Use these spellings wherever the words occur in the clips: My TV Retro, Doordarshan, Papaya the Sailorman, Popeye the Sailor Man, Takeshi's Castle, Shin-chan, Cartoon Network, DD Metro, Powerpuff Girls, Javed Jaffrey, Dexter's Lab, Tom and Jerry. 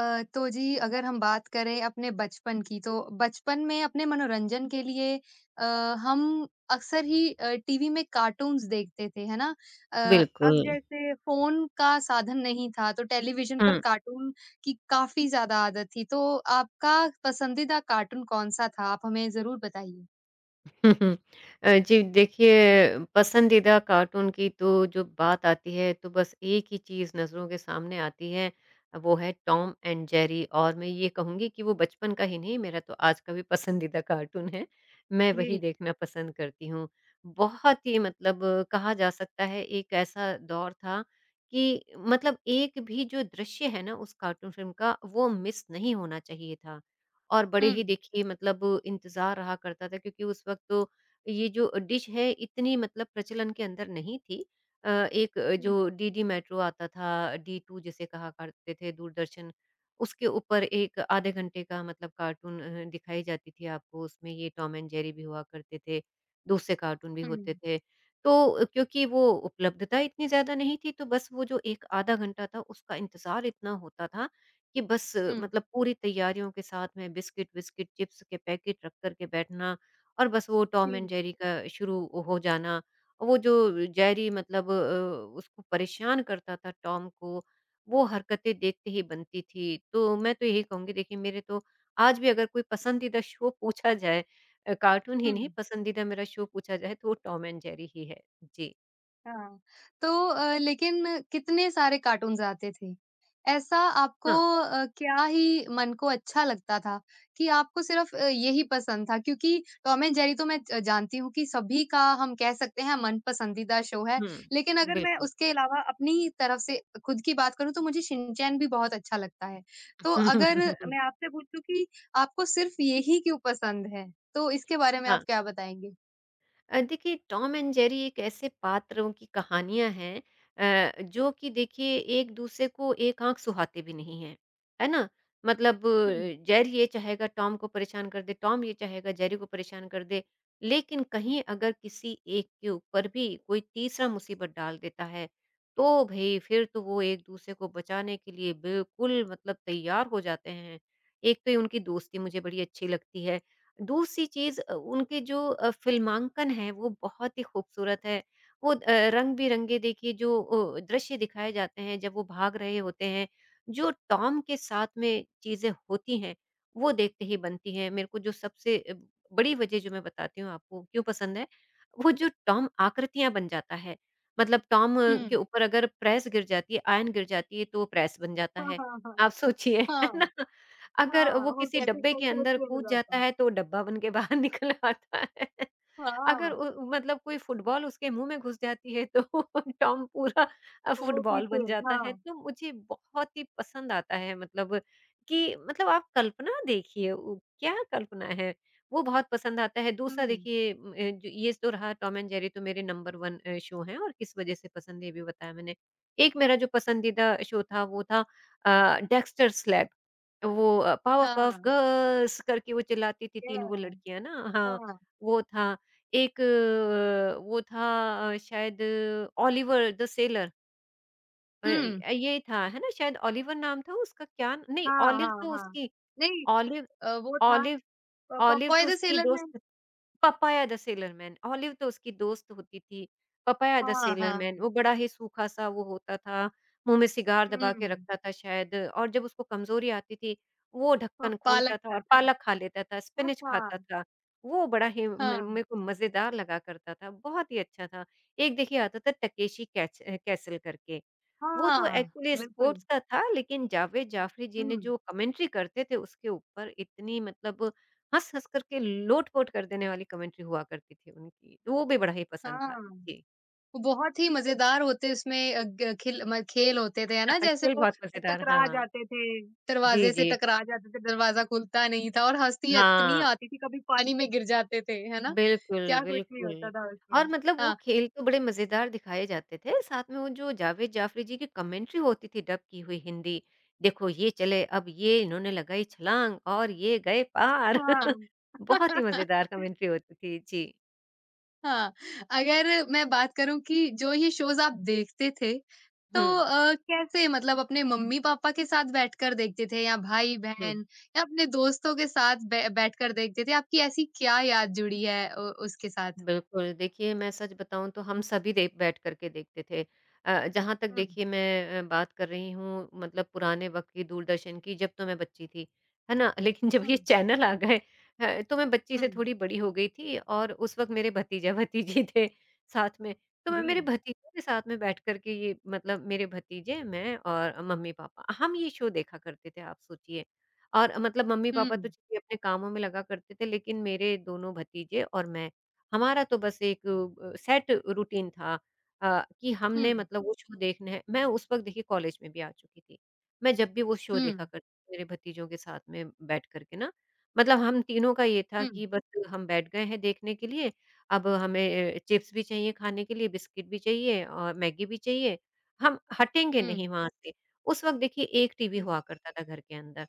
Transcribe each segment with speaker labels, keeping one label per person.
Speaker 1: तो जी अगर हम बात करें अपने बचपन की तो बचपन में अपने मनोरंजन के लिए अ, हम अक्सर ही टीवी में कार्टून्स देखते थे, है ना? अ,
Speaker 2: बिल्कुल।
Speaker 1: अब जैसे फ़ोन का साधन नहीं था तो टेलीविज़न पर
Speaker 2: हुँ।
Speaker 1: कार्टून की काफ़ी ज़्यादा आदत थी, तो आपका पसंदीदा कार्टून कौन-सा था? आप हमें ज़रूर बताइए।
Speaker 2: जी देखिए पसंदीदा कार्टून की तो जो बात आती है तो बस एक ही चीज़ नज़रों के सामने आती है, वो है टॉम एंड जेरी और मैं ये कहूँगी कि वो बचपन का ही नहीं मेरा तो आज का भी पसंदीदा कार्टून है। मैं वही
Speaker 1: जी।
Speaker 2: देखना पसंद करती हूँ। बहुत ही मतलब कहा जा सकता है एक ऐसा दौर था कि मतलब एक भी जो दृश्य है ना उस कार्टून फ़िल्म का वो मिस नहीं होना चाहिए था। और बड़े
Speaker 1: हुँ।
Speaker 2: ही देखिए मतलब इंतज़ार रहा करता था क्योंकि उस वक़्त तो ये जो डिश है इतनी मतलब प्रचलन के अंदर नहीं थी। एक
Speaker 1: हुँ।
Speaker 2: जो डीडी मेट्रो आता था, डी टू जिसे कहा करते थे दूरदर्शन, उसके ऊपर एक आधे घंटे का मतलब कार्टून दिखाई जाती थी आपको, उसमें ये टॉम एंड जेरी भी हुआ करते थे, दूसरे कार्टून भी
Speaker 1: हुँ।
Speaker 2: होते थे। तो क्योंकि वो उपलब्धता इतनी ज़्यादा नहीं थी, तो बस वो जो एक आधा घंटा था उसका इंतज़ार इतना होता था कि बस
Speaker 1: हुँ।
Speaker 2: मतलब पूरी तैयारियों के साथ में बिस्किट-विस्किट, चिप्स के पैकेट रख कर के बैठना और बस वो टॉम
Speaker 1: जी।
Speaker 2: एंड जेरी का शुरू हो जाना। वो जो जेरी मतलब उसको परेशान करता था टॉम को, वो हरकतें देखते ही बनती थी। तो मैं तो यही कहूँगी देखिए मेरे तो आज भी अगर कोई पसंदीदा शो पूछा जाए कार्टून ही
Speaker 1: हुँ।
Speaker 2: नहीं पसंदीदा मेरा शो पूछा जाए तो वो टॉम एंड जेरी ही है। जी।
Speaker 1: हाँ, तो लेकिन कितने सारे कार्टून्स आते थे। ऐसा आपको
Speaker 2: हाँ।
Speaker 1: क्या ही मन को अच्छा लगता था कि आपको सिर्फ़ यही पसंद था? क्योंकि टॉम एंड जेरी तो मैं ज जानती हूँ कि सभी का हम कह सकते हैं मन पसंदीदा शो है।
Speaker 2: हुँ।
Speaker 1: लेकिन अगर मैं
Speaker 2: बिल्कुल।
Speaker 1: उसके अलावा अपनी तरफ से खुद की बात करूँ तो मुझे शिनचैन भी बहुत अच्छा लगता है। तो अगर मैं आपसे पूछूँ कि आपको सिर्फ़ यही क्यों पसंद है? तो इसके बारे में आप
Speaker 2: हाँ।
Speaker 1: क्या बताएँगे?
Speaker 2: देखिए टॉम एंड जेरी एक ऐसे पात्रों की कहानियाँ हैं जो कि देखिए एक दूसरे को एक आँख सुहाते भी नहीं हैं, है ना? मतलब
Speaker 1: हुँ,
Speaker 2: जेरी ये चाहेगा टॉम को परेशान कर दे, टॉम ये चाहेगा जेरी को परेशान कर दे, लेकिन कहीं अगर किसी एक के ऊपर भी कोई तीसरा मुसीबत डाल देता है, तो भई फिर तो वो एक दूसरे को बचाने के लिए बिल्कुल मतलब तैयार हो जाते हैं। एक तो ये उनकी दोस्ती मुझे बड़ी अच्छी लगती है। दूसरी चीज़ उनके जो फ़िल्मांकन है वो बहुत ही खूबसूरत है। वो अ, रंग-बिरंगे देखिए जो दृश्य दिखाए जाते हैं जब वो भाग रहे होते हैं, जो टॉम के साथ में चीज़ें होती हैं, वो देखते ही बनती हैं। मेरे को जो सबसे बड़ी वज़ह जो मैं बताती हूँ आपको क्यों पसंद है, वो जो टॉम आकृतियाँ बन जाता है। मतलब टॉम
Speaker 1: हुँ।
Speaker 2: के ऊपर अगर प्रेस गिर जाती है, आयरन गिर जाती है तो प्रेस बन जाता
Speaker 1: हाँ,
Speaker 2: है।
Speaker 1: हाँ, हाँ।
Speaker 2: आप सोचिए,
Speaker 1: हाँ।
Speaker 2: है ना? अगर
Speaker 1: हाँ,
Speaker 2: वो
Speaker 1: वो
Speaker 2: किसी
Speaker 1: कैसे
Speaker 2: डब्बे के
Speaker 1: कैसे
Speaker 2: अंदर
Speaker 1: चेंज हो
Speaker 2: कूद
Speaker 1: जाता
Speaker 2: जाता
Speaker 1: है।
Speaker 2: है, तो डब्बा बन के बाहर निकल आता है। अगर
Speaker 1: हाँ,
Speaker 2: उ मतलब कोई फुटबॉल उसके मुँह में घुस जाती है, तो टॉम पूरा
Speaker 1: वो
Speaker 2: फुटबॉल
Speaker 1: पीछे
Speaker 2: बन जाता है।
Speaker 1: हाँ,
Speaker 2: तो मुझे बहुत ही पसंद आता है मतलब कि मतलब आप कल्पना देखिए उ क्या कल्पना है, वो बहुत पसंद आता है। दूसरा
Speaker 1: हुँ,
Speaker 2: देखिए जो ये तो रहा टॉम एंड जेरी तो मेरे नंबर 1 शो हैं और किस वजह से पसंद ये भी बताया मैंने। एक मेरा जो पसंदीदा शो था, वो था डेक्स्टर्स लैब। पावरपफ
Speaker 1: हाँ,
Speaker 2: गर्ल्स करके वो चिल्लाती थी 3
Speaker 1: याह!
Speaker 2: वो लड़कियाँ ना हाँ,
Speaker 1: हाँ,
Speaker 2: वो था। वो था शायद ओलिवर द सेलर अ,
Speaker 1: हुँ,
Speaker 2: ये था, है ना? शायद ओलिवर नाम था उसका क्या नहीं
Speaker 1: हाँ,
Speaker 2: ओलिव
Speaker 1: हाँ,
Speaker 2: तो
Speaker 1: हाँ।
Speaker 2: उसकी
Speaker 1: नहीं
Speaker 2: ओलिव
Speaker 1: वो था
Speaker 2: ओलिव
Speaker 1: प
Speaker 2: ओलिव
Speaker 1: पोपाय
Speaker 2: तो
Speaker 1: द
Speaker 2: उसकी
Speaker 1: सेलर मैन
Speaker 2: दोस्त Popeye the sailor man, Olive तो उसकी दोस्त होती थी, पपाया द
Speaker 1: हाँ,
Speaker 2: सेलर मैन,
Speaker 1: हाँ,
Speaker 2: वो बड़ा ही सूखा-सा वो होता था, मुँह में सिगार दबा के
Speaker 1: हुँ,
Speaker 2: रखता था शायद और जब उसको कमज़ोरी आती थी, वो
Speaker 1: प
Speaker 2: ढक्कन
Speaker 1: पालक
Speaker 2: खोलता था
Speaker 1: का
Speaker 2: और
Speaker 1: था।
Speaker 2: पालक खा लेता था,
Speaker 1: हाँ,
Speaker 2: स्पिनच खाता
Speaker 1: हाँ,
Speaker 2: था। वो बड़ा ही मे मेरे को मज़ेदार लगा करता था, बहुत ही अच्छा था। एक देखिए आता था टकेशी कैच कैसल करके।
Speaker 1: हाँ,
Speaker 2: वो तो
Speaker 1: हाँ,
Speaker 2: एक्चुअली
Speaker 1: बिल्कुल,
Speaker 2: स्पोर्ट्स का था, लेकिन जावेद जाफ़री जी ने
Speaker 1: हुँ,
Speaker 2: जो कमेंट्री करते थे उसके ऊपर इतनी मतलब हँस-हँस करके लोट-पोट कर देने वाली कमेंट्री हुआ करती थी उनकी, तो वो भी बड़ा ही पसंद था।
Speaker 1: हाँ।
Speaker 2: जी।
Speaker 1: बहुत ही मज़ेदार होते उसमें ग खिल म खेल होते थे, है ना? जैसे
Speaker 2: खेल
Speaker 1: वो
Speaker 2: बहुत मज़ेदार
Speaker 1: टकरा
Speaker 2: हाँ।
Speaker 1: जाते थे,
Speaker 2: जी,
Speaker 1: दरवाज़े से
Speaker 2: जी।
Speaker 1: टकरा जाते थे, दरवाज़ा खुलता नहीं था और हँसी इतनी
Speaker 2: हाँ।
Speaker 1: आती थी, कभी पानी में गिर जाते थे, है ना?
Speaker 2: बिल्कुल,
Speaker 1: क्या कुछ नहीं होता
Speaker 2: बिल्कुल।
Speaker 1: था
Speaker 2: और
Speaker 1: उसमें।
Speaker 2: मतलब वो
Speaker 1: हाँ,
Speaker 2: खेल तो बड़े मज़ेदार दिखाए जाते थे, साथ में वो जो जावेद जाफ़री जी की कमेंट्री होती थी डब की हुई हिंदी, देखो ये चले, अब ये इन्होंने लगाई छलांग और ये गए पार।
Speaker 1: हाँ।
Speaker 2: बहुत ही मज़ेदार कमेंट्री होती थी। जी।
Speaker 1: हाँ, अगर मैं बात करूँ कि जो ये शोज़ आप देखते थे, तो
Speaker 2: हुँ,
Speaker 1: कैसे मतलब अपने मम्मी-पापा के साथ बैठकर देखते थे या
Speaker 2: हुँ।
Speaker 1: भाई-बहन या अपने दोस्तों के साथ बै बैठकर देखते थे? आपकी ऐसी क्या याद जुड़ी है उ उसके साथ?
Speaker 2: बिल्कुल, देखिए मैं सच बताऊँ तो हम सभी दे बैठ कर के देखते थे। जहाँ तक
Speaker 1: हुँ,
Speaker 2: देखिए मैं बात कर रही हूँ मतलब पुराने वक़्त की दूरदर्शन की जब तो मैं बच्ची थी, है ना? लेकिन जब ये
Speaker 1: हुँ,
Speaker 2: चैनल आ गए तो मैं बच्ची
Speaker 1: हुँ,
Speaker 2: से थोड़ी बड़ी हो गई थी और उस वक़्त मेरे भतीजा-भतीजी थे साथ में। तो मैं
Speaker 1: जी।
Speaker 2: मेरे भतीजों के साथ में बैठ कर के ये मतलब मेरे भतीजे, मैं और मम्मी-पापा, हम ये शो देखा करते थे आप सोचिए। और मतलब मम्मी-पापा तो
Speaker 1: हुँ,
Speaker 2: चलिए अपने कामों में लगा करते थे लेकिन मेरे दोनों भतीजे और मैं हमारा तो बस एक सेट रूटीन था कि
Speaker 1: हुँ,
Speaker 2: हमने मतलब वो शो देखना है मैं उस वक़्त देखिए कॉलेज में भी आ चुकी थी। मैं जब भी वो शो
Speaker 1: हुँ,
Speaker 2: देखा करती थी मेरे भतीजों के साथ में बैठ कर के ना, मतलब हम तीनों का ये था
Speaker 1: हुँ,
Speaker 2: कि बस हम बैठ गए हैं देखने के लिए, अब हमें चिप्स भी चाहिए खाने के लिए, बिस्किट भी चाहिए और मैगी भी चाहिए। हम हटेंगे
Speaker 1: हुँ,
Speaker 2: नहीं वहाँ से। उस वक़्त देखिए एक टीवी
Speaker 1: हुँ,
Speaker 2: हुआ करता था घर के अंदर।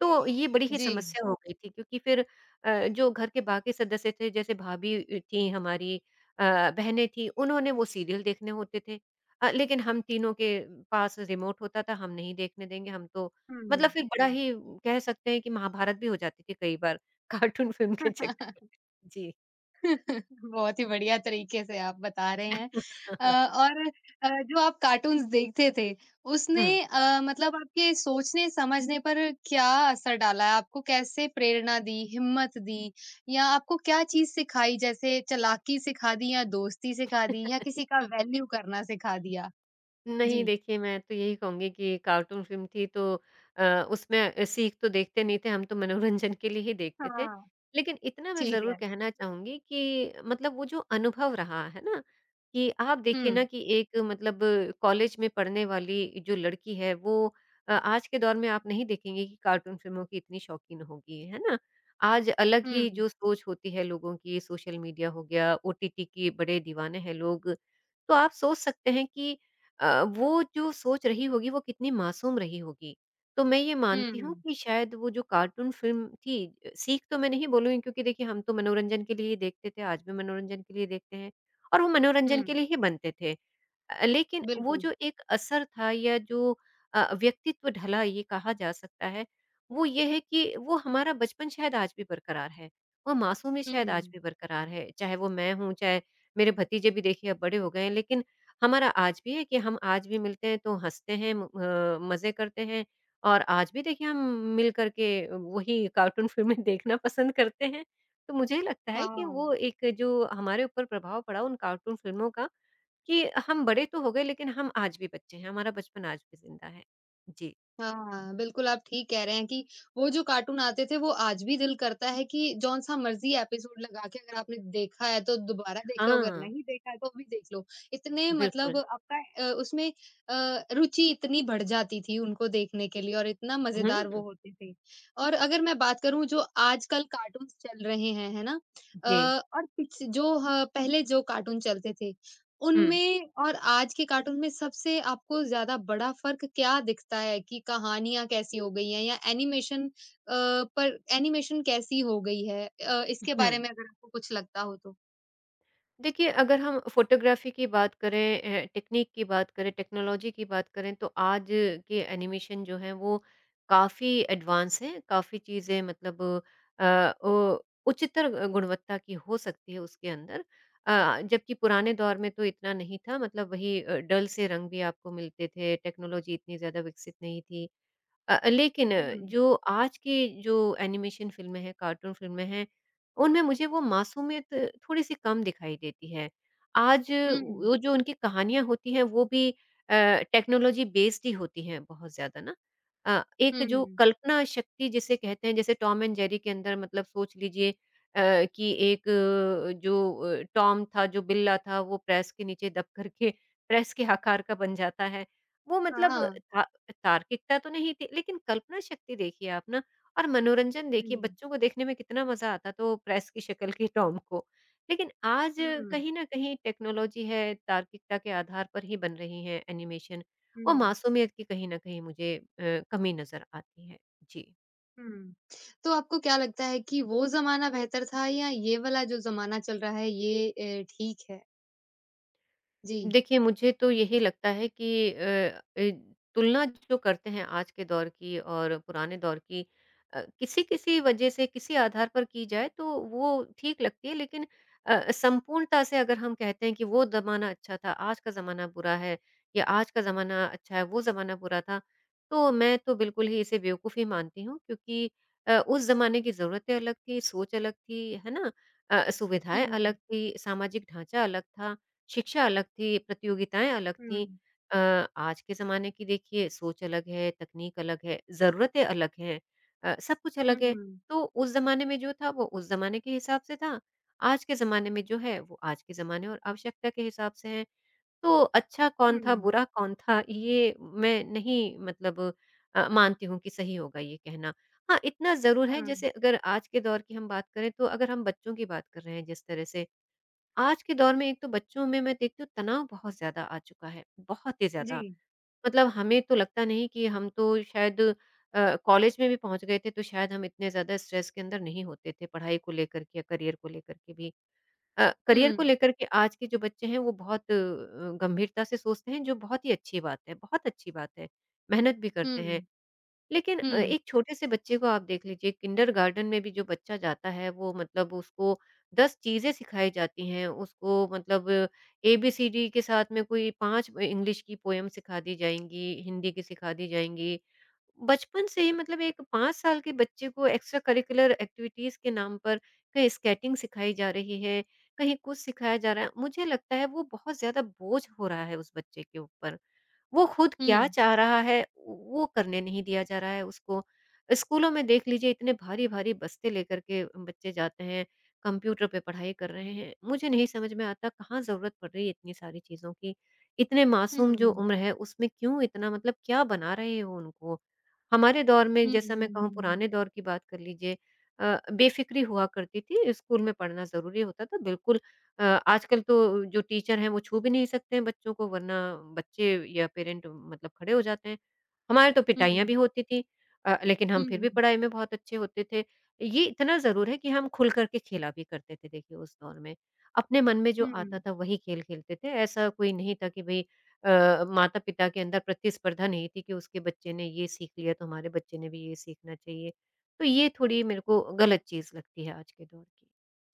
Speaker 2: तो ये बड़ी ही
Speaker 1: जी,
Speaker 2: समस्या हो गई थी क्योंकि फिर जो घर के बाकी सदस्य थे जैसे भाभी थी हमारी बहनें थी उन्होंने वो सीरियल देखने होते थे। लेकिन हम तीनों के पास रिमोट होता था हम नहीं देखने देंगे हम तो
Speaker 1: हुँ।
Speaker 2: मतलब फिर बड़ा जी। ही कह सकते हैं कि महाभारत भी हो जाती थी कई बार कार्टून फ़िल्म के चक्कर जी।
Speaker 1: बहुत ही बढ़िया तरीके से आप बता रहे हैं। अ, और जो आप कार्टून्स देखते थे, उसने
Speaker 2: हुँ।
Speaker 1: मतलब आपके सोचने समझने पर क्या असर डाला है? आपको कैसे प्रेरणा दी, हिम्मत दी या आपको क्या चीज़ सिखाई जैसे चालाकी सिखा दी या दोस्ती सिखा दी या किसी का वैल्यू करना सिखा दिया?
Speaker 2: नहीं
Speaker 1: जी।
Speaker 2: देखिए, मैं तो यही कहूँगी कि कार्टून फ़िल्म थी तो अ, उसमें सीख तो देखते नहीं थे, हम तो मनोरंजन के लिए ही देखते थे।
Speaker 1: हाँ,
Speaker 2: लेकिन इतना मैं
Speaker 1: ठीक
Speaker 2: ज़रूर
Speaker 1: है।
Speaker 2: कहना चाहूँगी कि मतलब वो जो अनुभव रहा, है ना? कि आप देखिए ना
Speaker 1: हुँ,
Speaker 2: कि एक मतलब कॉलेज में पढ़ने वाली जो लड़की है वो आज के दौर में आप नहीं देखेंगे कि कार्टून फ़िल्मों की इतनी शौकीन होगी, है ना? आज अलग ही
Speaker 1: हुँ,
Speaker 2: जो सोच होती है लोगों की, सोशल मीडिया हो गया, ओटीटी के बड़े दीवाने हैं लोग। तो आप सोच सकते हैं कि वो जो सोच रही होगी वो कितनी मासूम रही होगी। तो मैं ये मानती हूँ
Speaker 1: हुँ,
Speaker 2: कि शायद वो जो कार्टून फ़िल्म थी सीख तो मैं नहीं बोलूँगी क्योंकि देखिए हम तो मनोरंजन के लिए ही देखते थे, आज भी मनोरंजन के लिए देखते हैं और वो
Speaker 1: हुँ,
Speaker 2: मनोरंजन के लिए ही बनते थे। लेकिन वो
Speaker 1: बिल्कुल।
Speaker 2: जो एक असर था या जो व्यक्तित्व ढला ये कहा जा सकता है, वो ये है कि वो हमारा बचपन शायद आज भी बरकरार है। वो मासूमियत शायद आज
Speaker 1: हुँ,
Speaker 2: भी बरकरार है। चाहे वो मैं हूँ, चाहे मेरे भतीजे भी देखिए अब बड़े हो गए हैं, लेकिन हमारा आज भी है कि हम आज भी मिलते हैं तो हँसते हैं मज़े करते हैं और आज भी देखिए हम मिल कर के वही कार्टून फ़िल्में देखना पसंद करते हैं। तो मुझे लगता है कि
Speaker 1: हाँ।
Speaker 2: वो एक जो हमारे ऊपर प्रभाव पड़ा उन कार्टून फ़िल्मों का कि हम बड़े तो हो गए लेकिन हम आज भी बच्चे हैं, हमारा बचपन आज भी ज़िंदा है। जी।
Speaker 1: हाँ, बिल्कुल आप ठीक कह रहे हैं कि वो जो कार्टून आते थे, वो आज भी दिल करता है कि जौन-सा मर्ज़ी एपिसोड लगा के अगर आपने देखा है तो दोबारा देख लो, अगर
Speaker 2: हाँ,
Speaker 1: नहीं देखा है तो भी देख लो। इतने मतलब
Speaker 2: बिल्कुल।
Speaker 1: आपका उसमें रुचि इतनी बढ़ जाती थी उनको देखने के लिए और इतना
Speaker 2: हुँ,
Speaker 1: मज़ेदार
Speaker 2: हुँ।
Speaker 1: वो होते थे। और अगर मैं बात करूँ जो आजकल कार्टून्स चल रहे हैं, है ना? अ,
Speaker 2: जी।
Speaker 1: और पिछ जो ह पहले जो कार्टून चलते थे
Speaker 2: हुँ।
Speaker 1: उनमें और आज के कार्टून में सबसे आपको ज़्यादा बड़ा फ़र्क क्या दिखता है कि कहानियाँ कैसी हो गई हैं या एनिमेशन पर एनिमेशन कैसी हो गई है? इसके
Speaker 2: हुँ।
Speaker 1: बारे में अगर आपको कुछ लगता हो तो?
Speaker 2: देखिए, अगर हम फ़ोटोग्राफ़ी की बात करें टेक्नीक की बात करें, टेक्नोलॉजी की बात करें, तो आज के एनिमेशन जो हैं, वो काफ़ी एडवांस हैं, काफ़ी चीज़ें मतलब अ, ओ उच्चतर गुणवत्ता की हो सकती है उसके अंदर। जबकि पुराने दौर में तो इतना नहीं था, मतलब वही डल से रंग भी आपको मिलते थे, टेक्नोलॉजी इतनी ज़्यादा विकसित नहीं थी। लेकिन
Speaker 1: हुँ,
Speaker 2: जो आज की जो एनिमेशन फ़िल्में हैं, कार्टून फ़िल्में हैं, उनमें मुझे वो मासूमियत थोड़ी-सी कम दिखाई देती है। आज
Speaker 1: हुँ,
Speaker 2: वो जो उनकी कहानियाँ होती हैं, वो भी अ, टेक्नोलॉजी बेस्ड ही होती हैं बहुत ज़्यादा ना। एक जो
Speaker 1: हुँ,
Speaker 2: कल्पना शक्ति जिसे कहते हैं, जैसे टॉम एंड जेरी के अंदर मतलब सोच लीजिए कि एक जो टॉम था, जो बिल्ला था, वो प्रेस के नीचे दब कर के प्रेस के आकार का बन जाता है। वो मतलब
Speaker 1: हाँ,
Speaker 2: था तार्किकता तो नहीं थी, लेकिन कल्पना शक्ति देखिए आप ना और मनोरंजन देखिए
Speaker 1: हुँ,
Speaker 2: बच्चों को देखने में कितना मज़ा आता तो प्रेस की शक्ल की टॉम को। लेकिन आज
Speaker 1: हुँ,
Speaker 2: कहीं न कहीं टेक्नोलॉज़ी है, तार्किकता के आधार पर ही बन रही हैं एनिमेशन,
Speaker 1: हुँ,
Speaker 2: वो मासूमियत की कहीं न कहीं मुझे कमी नज़र आती है। जी।
Speaker 1: हुँ। तो आपको क्या लगता है कि वो ज़माना बेहतर था या ये वाला जो ज़माना चल रहा है ये ठीक है? जी।
Speaker 2: देखिए, मुझे तो यही लगता है कि अ, ए तुलना जो करते हैं आज के दौर की और पुराने दौर की किसी-किसी वजह से, किसी आधार पर की जाए तो वो ठीक लगती है। लेकिन संपूर्णता से अगर हम कहते हैं कि वो ज़माना अच्छा था, आज का ज़माना बुरा है या आज का ज़माना अच्छा है, वो ज़माना बुरा था, तो मैं तो बिल्कुल ही इसे बेवकूफ़ी मानती हूँ क्योंकि उस ज़माने की ज़रूरतें अलग थी, सोच अलग थी, है ना? सुविधाएँ अलग
Speaker 1: हुँ,
Speaker 2: थी, सामाजिक ढाँचा अलग था। शिक्षा अलग थी, प्रतियोगिताएँ अलग
Speaker 1: हुँ,
Speaker 2: थीं। अ, आज के ज़माने की देखिए सोच अलग है, तकनीक अलग है, ज़रूरतें अलग हैं, सब कुछ अलग है।
Speaker 1: हुँ,
Speaker 2: तो उस ज़माने में जो था वो उस ज़माने के हिसाब से था, आज के ज़माने में जो है वो आज के ज़माने और आवश्यकता के हिसाब से है। तो अच्छा कौन था,
Speaker 1: हुँ,
Speaker 2: बुरा कौन था, ये मैं नहीं मतलब मानती हूँ कि सही होगा ये कहना। हाँ, इतना ज़रूर है
Speaker 1: हाँ,
Speaker 2: जैसे अगर आज के दौर की हम बात करें तो अगर हम बच्चों की बात कर रहे हैं जिस तरह से आज के दौर में एक तो बच्चों में मैं देखती हूँ तनाव बहुत ज़्यादा आ चुका है, बहुत ही ज़्यादा।
Speaker 1: जी,
Speaker 2: मतलब हमें तो लगता नहीं कि हम तो शायद कॉलेज में भी पहुँच गए थे तो शायद हम इतने ज़्यादा स्ट्रेस के अंदर नहीं होते थे पढ़ाई को लेकर के या करियर को लेकर के भी। करियर
Speaker 1: हुँ,
Speaker 2: को लेकर के आज के जो बच्चे हैं वो बहुत गंभीरता से सोचते हैं जो बहुत ही अच्छी बात है, बहुत अच्छी बात है। मेहनत भी
Speaker 1: हुँ।
Speaker 2: करते हैं लेकिन
Speaker 1: हुँ,
Speaker 2: एक छोटे से बच्चे को आप देख लीजिए किंडरगार्टन में भी जो बच्चा जाता है वो मतलब उसको 10 चीज़ें सिखाई जाती हैं, उसको मतलब एबीसीडी के साथ में कोई 5 इंग्लिश की पोएम सिखा दी जाएँगी, हिंदी की सिखा दी जाएँगी। बचपन से ही मतलब एक 5 साल के बच्चे को एक्स्ट्रा करिकुलर एक्टिविटीज़ के नाम पर कहीं स्केटिंग सिखाई जा रही है, कहीं कुछ सिखाया जा रहा है। मुझे लगता है वो बहुत ज़्यादा बोझ हो रहा है उस बच्चे के ऊपर। वो खुद क्या
Speaker 1: हुँ,
Speaker 2: चाह रहा है वो करने नहीं दिया जा रहा है उसको। स्कूलों में देख लीजिए इतने भारी-भारी बस्ते लेकर के बच्चे जाते हैं, कंप्यूटर पे पढ़ाई कर रहे हैं। मुझे नहीं समझ में आता कहाँ ज़रूरत पड़ रही है इतनी सारी चीज़ों की। इतने
Speaker 1: हुँ,
Speaker 2: मासूम जो
Speaker 1: हुँ,
Speaker 2: उम्र है उसमें क्यों इतना मतलब क्या बना रहे हो उनको? हमारे दौर में
Speaker 1: हुँ,
Speaker 2: जैसा मैं कहूँ
Speaker 1: हुँ,
Speaker 2: पुराने दौर की बात कर लीजिए बेफ़िक्री हुआ करती थी, स्कूल में पढ़ना ज़रूरी होता था बिल्कुल। अ, आजकल तो जो टीचर हैं वो छू भी नहीं सकते हैं बच्चों को वरना बच्चे या पेरेंट मतलब खड़े हो जाते हैं। हमारे तो
Speaker 1: हुँ,
Speaker 2: पिटाइयाँ भी होती थी लेकिन हम फिर भी
Speaker 1: हुँ,
Speaker 2: पढ़ाई में बहुत अच्छे होते थे। ये इतना ज़रूर है कि हम खुल कर के खेला भी करते थे देखिए उस दौर में। अपने मन में जो आता
Speaker 1: हुँ,
Speaker 2: था वही खेल खेलते थे। ऐसा कोई नहीं था कि भई माता-पिता के अंदर प्रतिस्पर्धा नहीं थी कि उसके बच्चे ने ये सीख लिया तो हमारे बच्चे ने भी ये सीखना चाहिए। तो ये थोड़ी मेरे को गलत चीज़ लगती है आज के दौर की।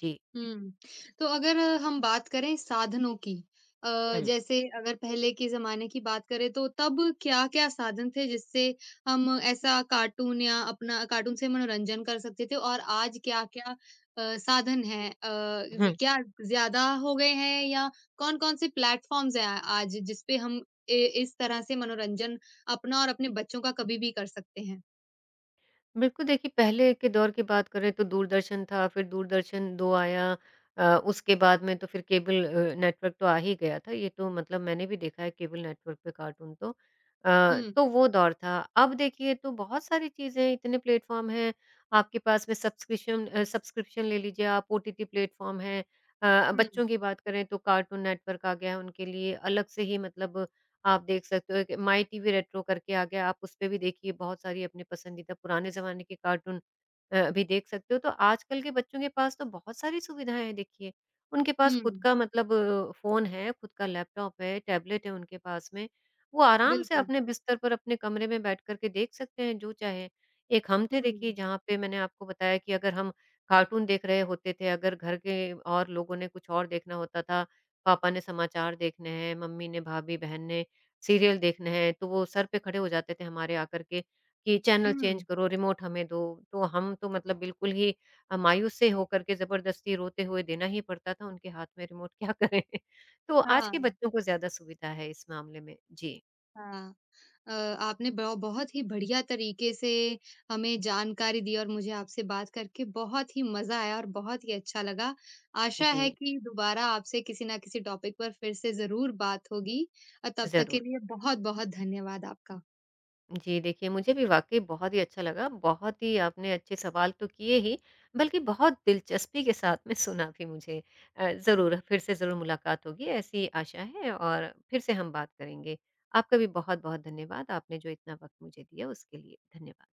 Speaker 2: जी।
Speaker 1: हुँ। तो अगर हम बात करें साधनों की अ,
Speaker 2: हुँ।
Speaker 1: जैसे अगर पहले के ज़माने की बात करें तो तब क्या-क्या साधन थे जिससे हम ऐसा कार्टून या अपना कार्टून से मनोरंजन कर सकते थे और आज क्या-क्या साधन हैं? ज़
Speaker 2: हुँ।
Speaker 1: क्या ज़्यादा हो गए हैं या कौन-कौन से प्लेटफ़ॉर्म्स हैं आज जिस पे हम ए इस तरह से मनोरंजन अपना और अपने बच्चों का कभी भी कर सकते हैं?
Speaker 2: बिल्कुल, देखिए पहले के दौर की बात करें तो दूरदर्शन था, फिर दूरदर्शन 2 आया। उसके बाद में तो फिर केबल नेटवर्क तो आ ही गया था। ये तो मतलब मैंने भी देखा है केबल नेटवर्क पे कार्टून तो।
Speaker 1: हुँ,
Speaker 2: तो वो दौर था। अब देखिए तो बहुत सारी चीज़ें इतने प्लेटफ़ॉर्म हैं, आपके पास में सब्सक्रिप्शन ले लीजिए आप, ओटीटी प्लेटफ़ॉर्म हैं।
Speaker 1: हुँ,
Speaker 2: बच्चों की बात करें तो कार्टून नेटवर्क आ गया है उनके लिए, अलग से ही मतलब आप देख सकते हो कि माई टीवी रेट्रो करके आ गया, आप उसपे भी देखिए बहुत सारी अपने पसंदीदा पुराने ज़माने के कार्टून भी देख सकते हो। तो आजकल के बच्चों के पास तो बहुत सारी सुविधाएँ हैं देखिए। उनके पास
Speaker 1: हुँ,
Speaker 2: खुद का मतलब फ़ोन है, खुद का लैपटॉप है, टैबलेट है उनके पास में। वो आराम से
Speaker 1: बिल्कुल।
Speaker 2: अपने बिस्तर पर अपने कमरे में बैठ कर के देख सकते हैं जो चाहे। एक हम थे देखिए
Speaker 1: हुँ,
Speaker 2: जहाँ पे मैंने आपको बताया कि अगर हम कार्टून देख रहे होते थे, अगर घर के और लोगों ने कुछ और देखना होता था, पापा ने समाचार देखने हैं, मम्मी ने, भाभी, बहन ने सीरियल देखने हैं, तो वो सर पे खड़े हो जाते थे हमारे आकर के कि चैनल चेंज
Speaker 1: हुँ,
Speaker 2: करो, रिमोट हमें दो। तो हम तो मतलब बिल्कुल ही मायूस से होकर के ज़बरदस्ती रोते हुए देना ही पड़ता था उनके हाथ में रिमोट, क्या करें? तो आज
Speaker 1: हाँ,
Speaker 2: के बच्चों को ज़्यादा सुविधा है इस मामले में। जी,
Speaker 1: हाँ। अ, आपने ब बहुत ही बढ़िया तरीके से हमें जानकारी दी और मुझे आपसे बात करके बहुत ही मज़ा आया और बहुत ही अच्छा लगा। आशा है
Speaker 2: जी,
Speaker 1: कि दोबारा आपसे किसी न किसी टॉपिक पर फिर से ज़रूर बात होगी। तब तक के
Speaker 2: ज़रूर।
Speaker 1: लिए बहुत-बहुत धन्यवाद आपका।
Speaker 2: जी, देखिए मुझे भी वाक़ई बहुत ही अच्छा लगा। बहुत ही आपने अच्छे सवाल तो किए ही, बल्कि बहुत दिलचस्पी के साथ में सुना भी मुझे। ज़रूर फिर से ज़रूर मुलाकात होगी ऐसी आशा है और फिर से हम बात करेंगे। आपका भी बहुत-बहुत धन्यवाद। आपने जो इतना वक़्त मुझे दिया उसके लिए धन्यवाद।